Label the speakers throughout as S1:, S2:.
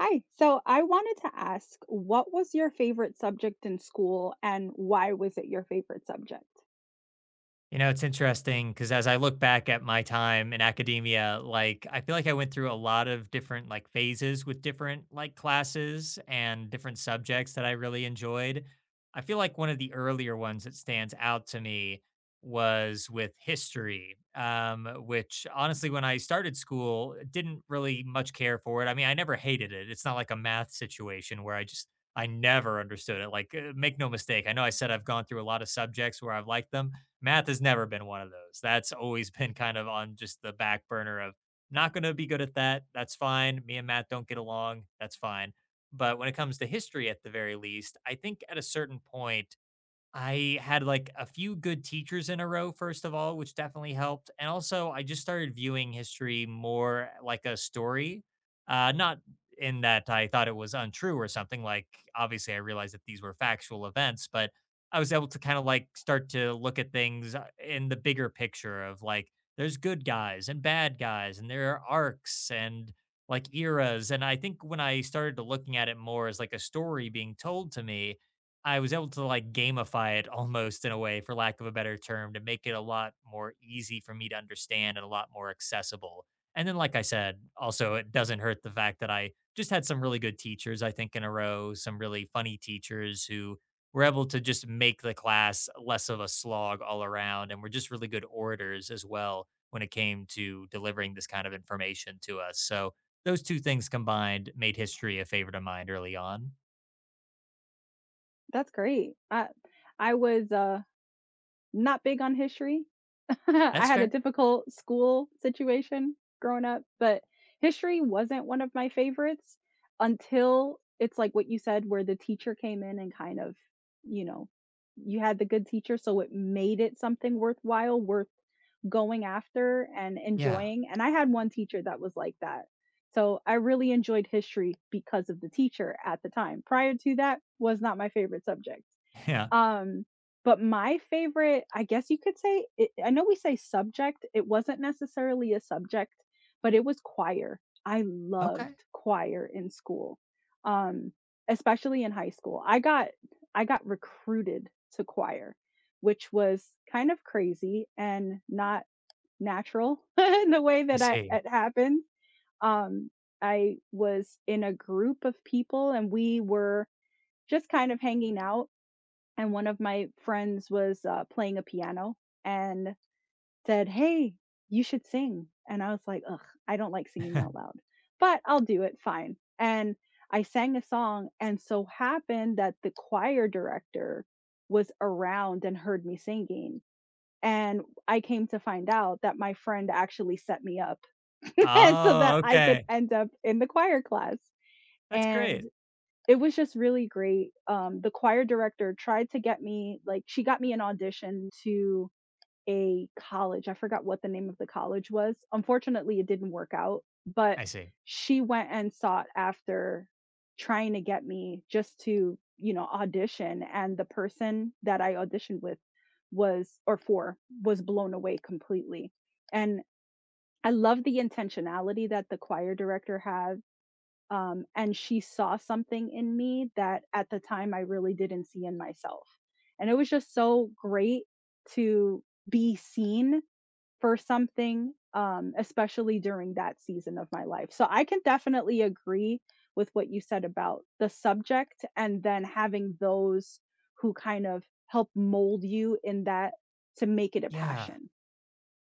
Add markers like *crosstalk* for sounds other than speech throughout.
S1: Hi. So I wanted to ask, what was your favorite subject in school and why was it your favorite subject?
S2: You know, it's interesting because as I look back at my time in academia, I feel like I went through a lot of different phases with different classes and different subjects that I really enjoyed. I feel like one of the earlier ones that stands out to me was with history, which honestly, when I started school, didn't really much care for it. I mean, I never hated it. It's not like a math situation where I just, I never understood it. Like, make no mistake. I know I said I've gone through a lot of subjects where I've liked them math has never been one of those. That's always *laughs* been kind of on just the back burner of not going to be good at that. That's fine. Me and Matt don't get along. That's fine. But when it comes to history, at the very least, I think at a certain point, I had like a few good teachers in a row, first of all, which definitely helped. And also, I just started viewing history more like a story, not in that I thought it was untrue or something. Like, obviously, I realized that these were factual events, but I was able to kind of like start to look at things in the bigger picture of like, there's good guys and bad guys, and there are arcs and like eras. And I think when I started to looking at it more as like a story being told to me, I was able to like gamify it almost in a way, for lack of a better term, to make it a lot more easy for me to understand and a lot more accessible. And then, like I said, also, it doesn't hurt the fact that I just had some really good teachers, I think, in a row, some really funny teachers who were able to just make the class less of a slog all around and were just really good orators as well when it came to delivering this kind of information to us. So, those two things combined made history a favorite of mine early on.
S1: That's great. I was not big on history, *laughs* I
S2: That's
S1: had a
S2: fair.
S1: difficult school situation growing up, but history wasn't one of my favorites until it's like what you said, where the teacher came in and kind of, you know, you had the good teacher, so it made it something worthwhile, worth going after and
S2: Yeah.
S1: enjoying. And I had one teacher that was like that. So I really enjoyed history because of the teacher at the time. Prior to that was not my favorite subject.
S2: *laughs* Yeah.
S1: Um, but my favorite, I guess you could say it, I know we say subject, it wasn't necessarily a subject, but it was choir. I
S2: Okay,
S1: loved choir in school, um, especially in high school. I got recruited to choir, which was kind of crazy and not natural *laughs* in the way
S2: I
S1: that I
S2: see.
S1: it happened. Um, I was in a group of people and we were just kind of hanging out and one of my friends was, playing a piano and said, "Hey, you should sing." And I was like, "Ugh, I don't like singing out
S2: *laughs*
S1: loud, but I'll do it, fine." And I sang a song and so happened that the choir director was around and heard me singing. And I came to find out that my friend actually set me up *laughs* so
S2: Oh,
S1: that I could
S2: okay.
S1: end up in the choir class.
S2: That's
S1: And
S2: great.
S1: it was just really great. The choir director tried to get me like, she got me an audition to a college. I forgot what the name of the college was. Unfortunately, it didn't work out, but
S2: I see.
S1: she went and sought after trying to get me just to, you know, audition. And the person that I auditioned with was, or for, was blown away completely. And I love the intentionality that the choir director has, and she saw something in me that at the time I really didn't see in myself. And it was just so great to be seen for something, especially during that season of my life. So I can definitely agree with what you said about the subject and then having those who kind of help mold you in that to make it a
S2: Yeah.
S1: passion.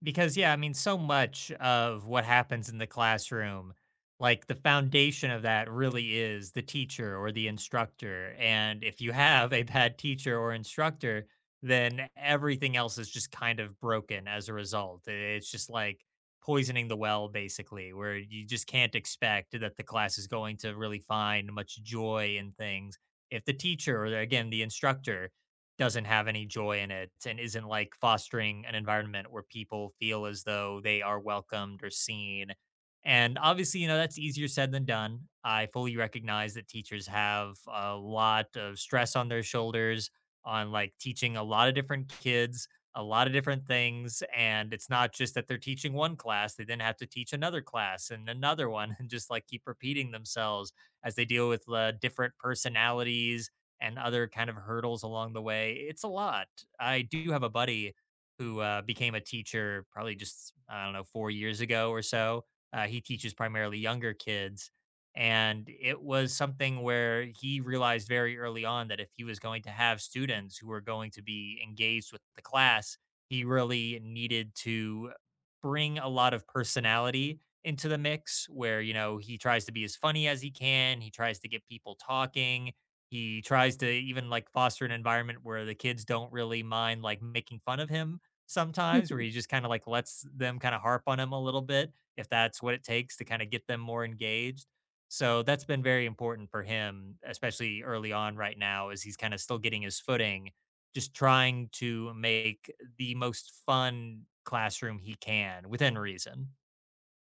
S2: Because, yeah, I mean, so much of what happens in the classroom, like the foundation of that really is the teacher or the instructor. And if you have a bad teacher or instructor, then everything else is just kind of broken as a result. It's just like poisoning the well, basically, where you just can't expect that the class is going to really find much joy in things. If the teacher or, again, the instructor doesn't have any joy in it and isn't like fostering an environment where people feel as though they are welcomed or seen. And obviously, you know, that's easier said than done. I fully recognize that teachers have a lot of stress on their shoulders on like teaching a lot of different kids, a lot of different things. And it's not just that they're teaching one class, they then have to teach another class and another one *laughs* and just like keep repeating themselves as they deal with different personalities and other kind of hurdles along the way. It's a lot. I do have a buddy who became a teacher probably just, I don't know, 4 years ago or so. He teaches primarily younger kids. And it was something where he realized very early on that if he was going to have students who were going to be engaged with the class, he really needed to bring a lot of personality into the mix where, you know, he tries to be as funny as he can, he tries to get people talking he tries to even, like, foster an environment where the kids don't really mind, like, making fun of him sometimes, where he
S1: *laughs*
S2: just kinda, like, lets them kinda harp on him a little bit, if that's what it takes to kinda get them more engaged. So that's been very important for him, especially early on right now as he's kinda still getting his footing, just trying to make the most fun classroom he can within reason.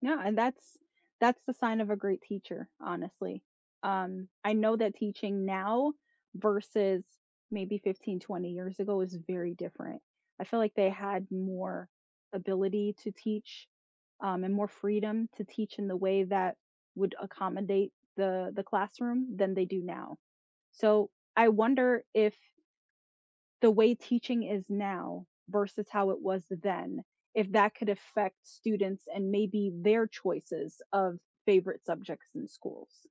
S1: Yeah, and that's the sign of a great teacher, honestly. I know that teaching now versus maybe 15, 20 years ago is very different. I feel like they had more ability to teach, and more freedom to teach in the way that would accommodate the classroom than they do now. So I wonder if the way teaching is now versus how it was then, if that could affect students and maybe their choices of favorite subjects in schools.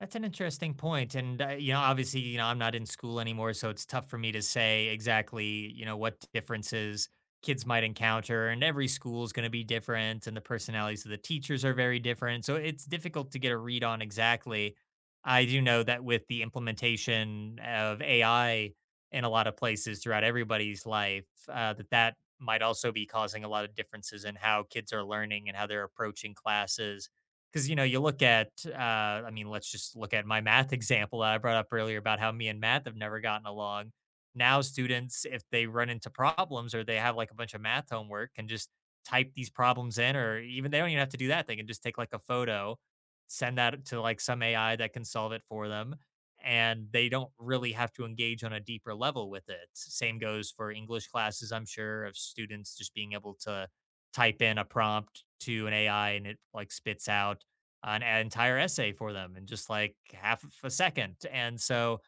S2: That's an interesting point, and, you know, obviously, you know, I'm not in school anymore, so it's tough for me to say exactly, you know, what differences kids might encounter, and every school is gonna be different, and the personalities of the teachers are very different, so it's difficult to get a read on exactly. I do know that with the implementation of AI in a lot of places throughout everybody's life, that that might also be causing a lot of differences in how kids are learning and how they're approaching classes because you know, you look at, I mean, let's just look at my math *laughs* example that I brought up earlier about how me and math have never gotten along. Now, students, if they run into problems or they have like a bunch of math homework, can just type these problems in, or even they don't even have to do that. They can just take like a photo, send that to like some AI that can solve it for them, and they don't really have to engage on a deeper level with it. Same goes for English classes, I'm sure, of students just being able to type in a prompt to an AI and it like spits out an entire essay for them in just like half of a second. And so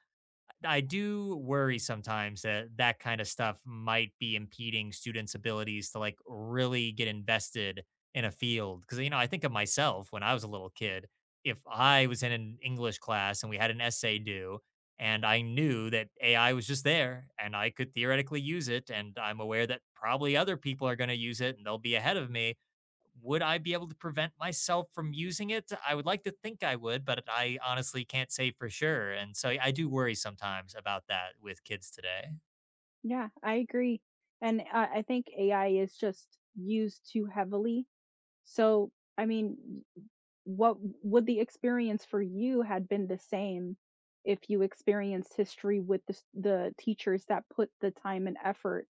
S2: I do worry sometimes that that kind of stuff might be impeding students' abilities to like really get invested in a field. Cause, you know, I think of myself when I was a little kid, if I was in an English class and we had an essay due, and I knew that AI was just there and I could theoretically use it, and I'm aware that probably other people are going to use it and they'll be ahead of me would I be able to prevent myself from using it? I would like to think I would, but I honestly can't say for sure. And so I do worry sometimes about that with kids today.
S1: Yeah, I agree. And I think AI is just used too heavily. So, I mean, what would the experience for you had been the same if you experienced history with the, the teachers that put the time and effort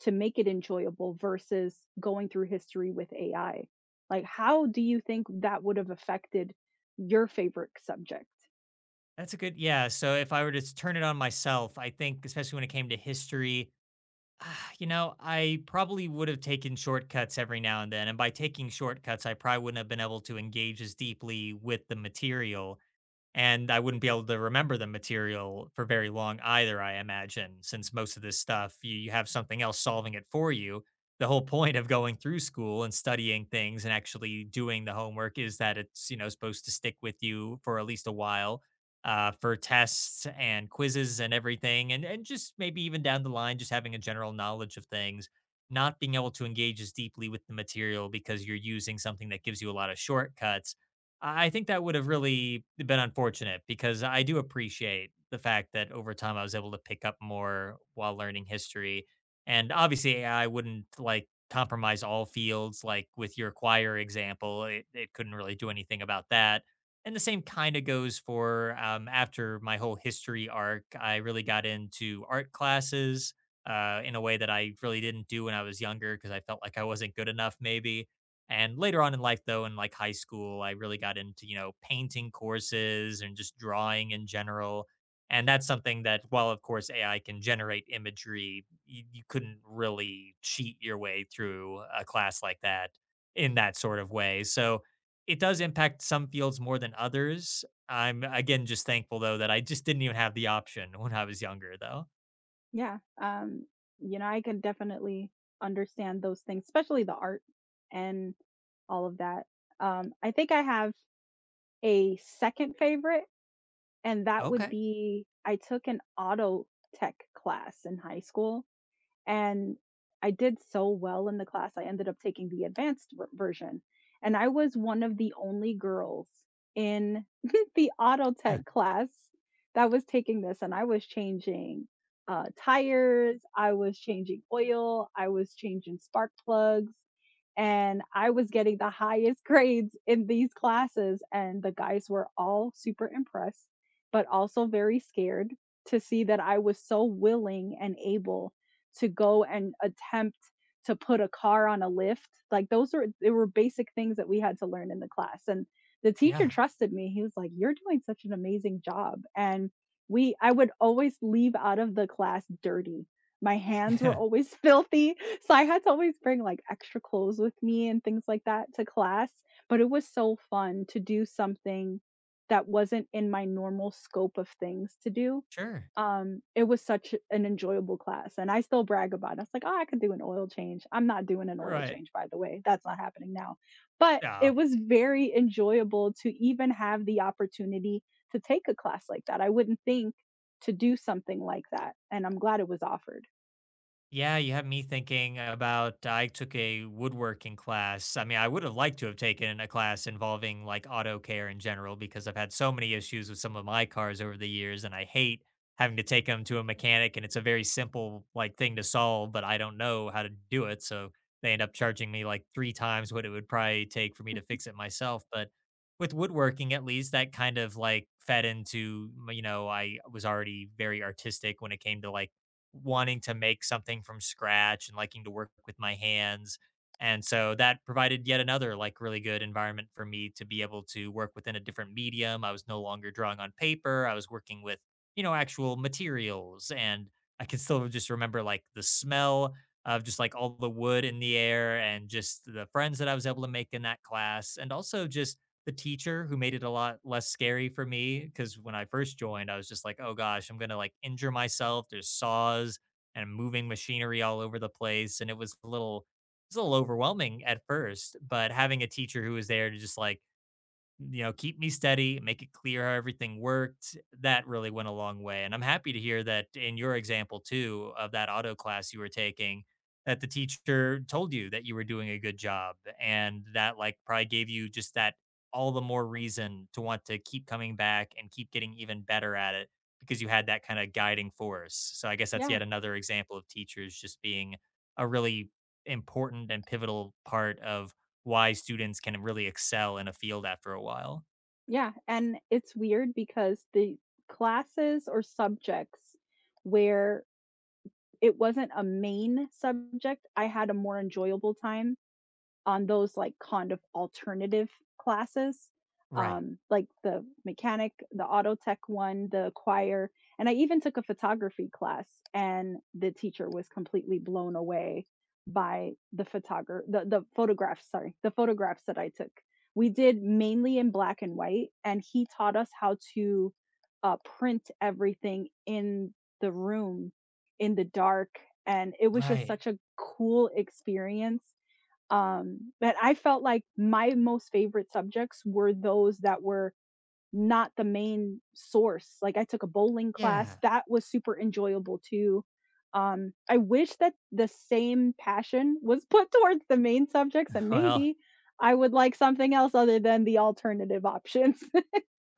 S1: to make it enjoyable versus going through history with AI? Like, how do you think that would have affected your favorite subject?
S2: That's a good, yeah. So if I were to turn it on myself, I think, especially when it came to history, you know, I probably would have taken shortcuts every now and then. And by taking shortcuts, I probably wouldn't have been able to engage as deeply with the material. And I wouldn't be able to remember the material for very long either, I imagine, since most of this stuff you have something else solving it for you. The whole point of going through school and studying things and actually doing the homework is that it's you know supposed to stick with you for at least a while for tests and quizzes and everything, and just maybe even down the line, just having a general knowledge of things. Not being able to engage as deeply with the material because you're using something that gives you a lot of shortcuts I think that would have really been unfortunate because I do appreciate the fact that over time I was able to pick up more while learning history. And obviously, I wouldn't like compromise all fields, like with your choir example, it couldn't really do anything about that. And the same kind of goes for after my whole history arc, I really got into art classes in a way that I really didn't do when I was younger because I felt like I wasn't good enough, maybe and later on in life, though, in like high school, I really got into, you know, painting courses and just drawing in general. And that's something that, while of course AI can generate imagery, you couldn't really cheat your way through a class like that in that sort of way. So it does impact some fields more than others. I'm again just thankful though that I just didn't even have the option when I was younger, though.
S1: Yeah, you know, I can definitely understand those things, especially the art and all of that. I think I have a second favorite, and that would
S2: Okay.
S1: be I took an auto tech class in high school. And I did so well in the class, I ended up taking the advanced version, and I was one of the only girls in *laughs* the auto
S2: Huh.
S1: tech class that was taking this, and I was changing, tires, I was changing oil, I was changing spark plugs, and I was getting the highest *laughs* grades in these classes, and the guys were all super impressed, but also very scared to see that I was so willing and able to go and attempt to put a car on a lift. Like those were they were basic things that we had to learn in the class. And the teacher
S2: Yeah.
S1: trusted me. He was like, "You're doing such an amazing job." And we I would always leave out of the class dirty. My hands were
S2: *laughs*
S1: always *laughs* filthy. So I had to always bring like extra clothes with me and things like that to class, but it was so fun to do something that wasn't in my normal scope of things to do.
S2: Sure.
S1: It was such an enjoyable class, and I still brag about it. I was like, "Oh, I could do an oil change." I'm not doing an oil
S2: Right.
S1: change, by the way. That's not happening now. But
S2: Yeah.
S1: it was very enjoyable to even have the opportunity to take a class like that. I wouldn't think to do something like that, and I'm glad it was offered.
S2: Yeah, you have me thinking about I took a woodworking class. I mean, I would have liked to have taken a class involving like auto care in general because I've had so many issues with some of my cars over the years and I hate having to take them to a mechanic and it's a very simple like thing to solve, but I don't know how to do it. So they end up charging me like three times what it would probably take for me to
S1: Mhm.
S2: fix it myself. But with woodworking, at least that kind of like fed into, you know, I was already very artistic when it came to like wanting to make something from scratch and liking to work with my hands. And so that provided yet another like really good environment for me to be able to work within a different medium. I was no longer drawing on paper. I was working with, you know, actual materials and I can still just remember like the smell of just like all the wood in the air and just the friends that I was able to make in that class and also just the teacher who made it a lot less scary for me because when I first joined, I was just like, oh gosh, I'm gonna like injure myself. There's saws and moving machinery all over the place. And it was a little it's a little overwhelming at first, but having a teacher who was there to just like you know, keep me steady, make it clear how everything worked. That really went a long way. And I'm happy to hear that in your example, too, of that auto class you were taking, that the teacher told you that you were doing a good job. And that, like, probably gave you just that all the more reason to want to keep coming back and keep getting even better at it because you had that kind of guiding force. So I guess that's
S1: Yeah,
S2: yet another example of teachers just being a really important and pivotal part of why students can really excel in a field after a while.
S1: yeah, and it's weird because the classes or subjects where it wasn't a main subject. I had a more enjoyable time on those, like, kind of alternative classes,
S2: Right.
S1: like the mechanic, the auto tech one, the choir, and I even took a photography class, and the teacher was completely blown away by the photographs, sorry, the photographs that I took. We did mainly in black and white, and he taught us how to, print everything in the room in the dark, and it was just
S2: Right.
S1: such a cool experience, but I felt like my most favorite subjects were those that were not the main source. Like I took a bowling class,
S2: Yeah.
S1: that was super enjoyable too. I wish that the same passion was put *laughs* towards the main subjects
S2: *laughs*
S1: and
S2: Well,
S1: maybe I would like something else other than the alternative options.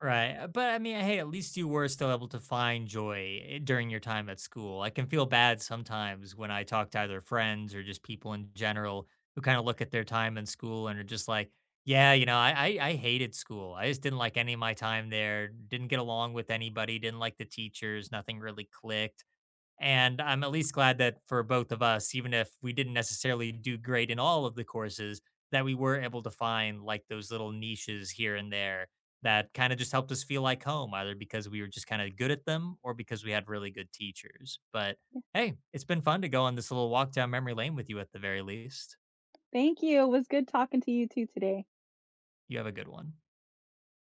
S2: right. But I mean, hey, at least you were still able to find joy during your time at school. I can feel bad sometimes when I talk to either friends or just people in general who kind of look at their time in school and are just like, yeah, you know, I hated school. I just didn't like any of my time there. Didn't get along with anybody. Didn't like the teachers. Nothing really clicked. And I'm at least glad that for both of us, even if we didn't necessarily do great in all of the courses, that we were able to find like those little niches here and there that kind of just helped us feel like home, either because we were just kind of good at them or because we had really good teachers. But hey, it's been fun to go on this little walk down memory lane with you at the very least.
S1: *laughs* Thank you. It was good talking to you too today.
S2: You have a good one.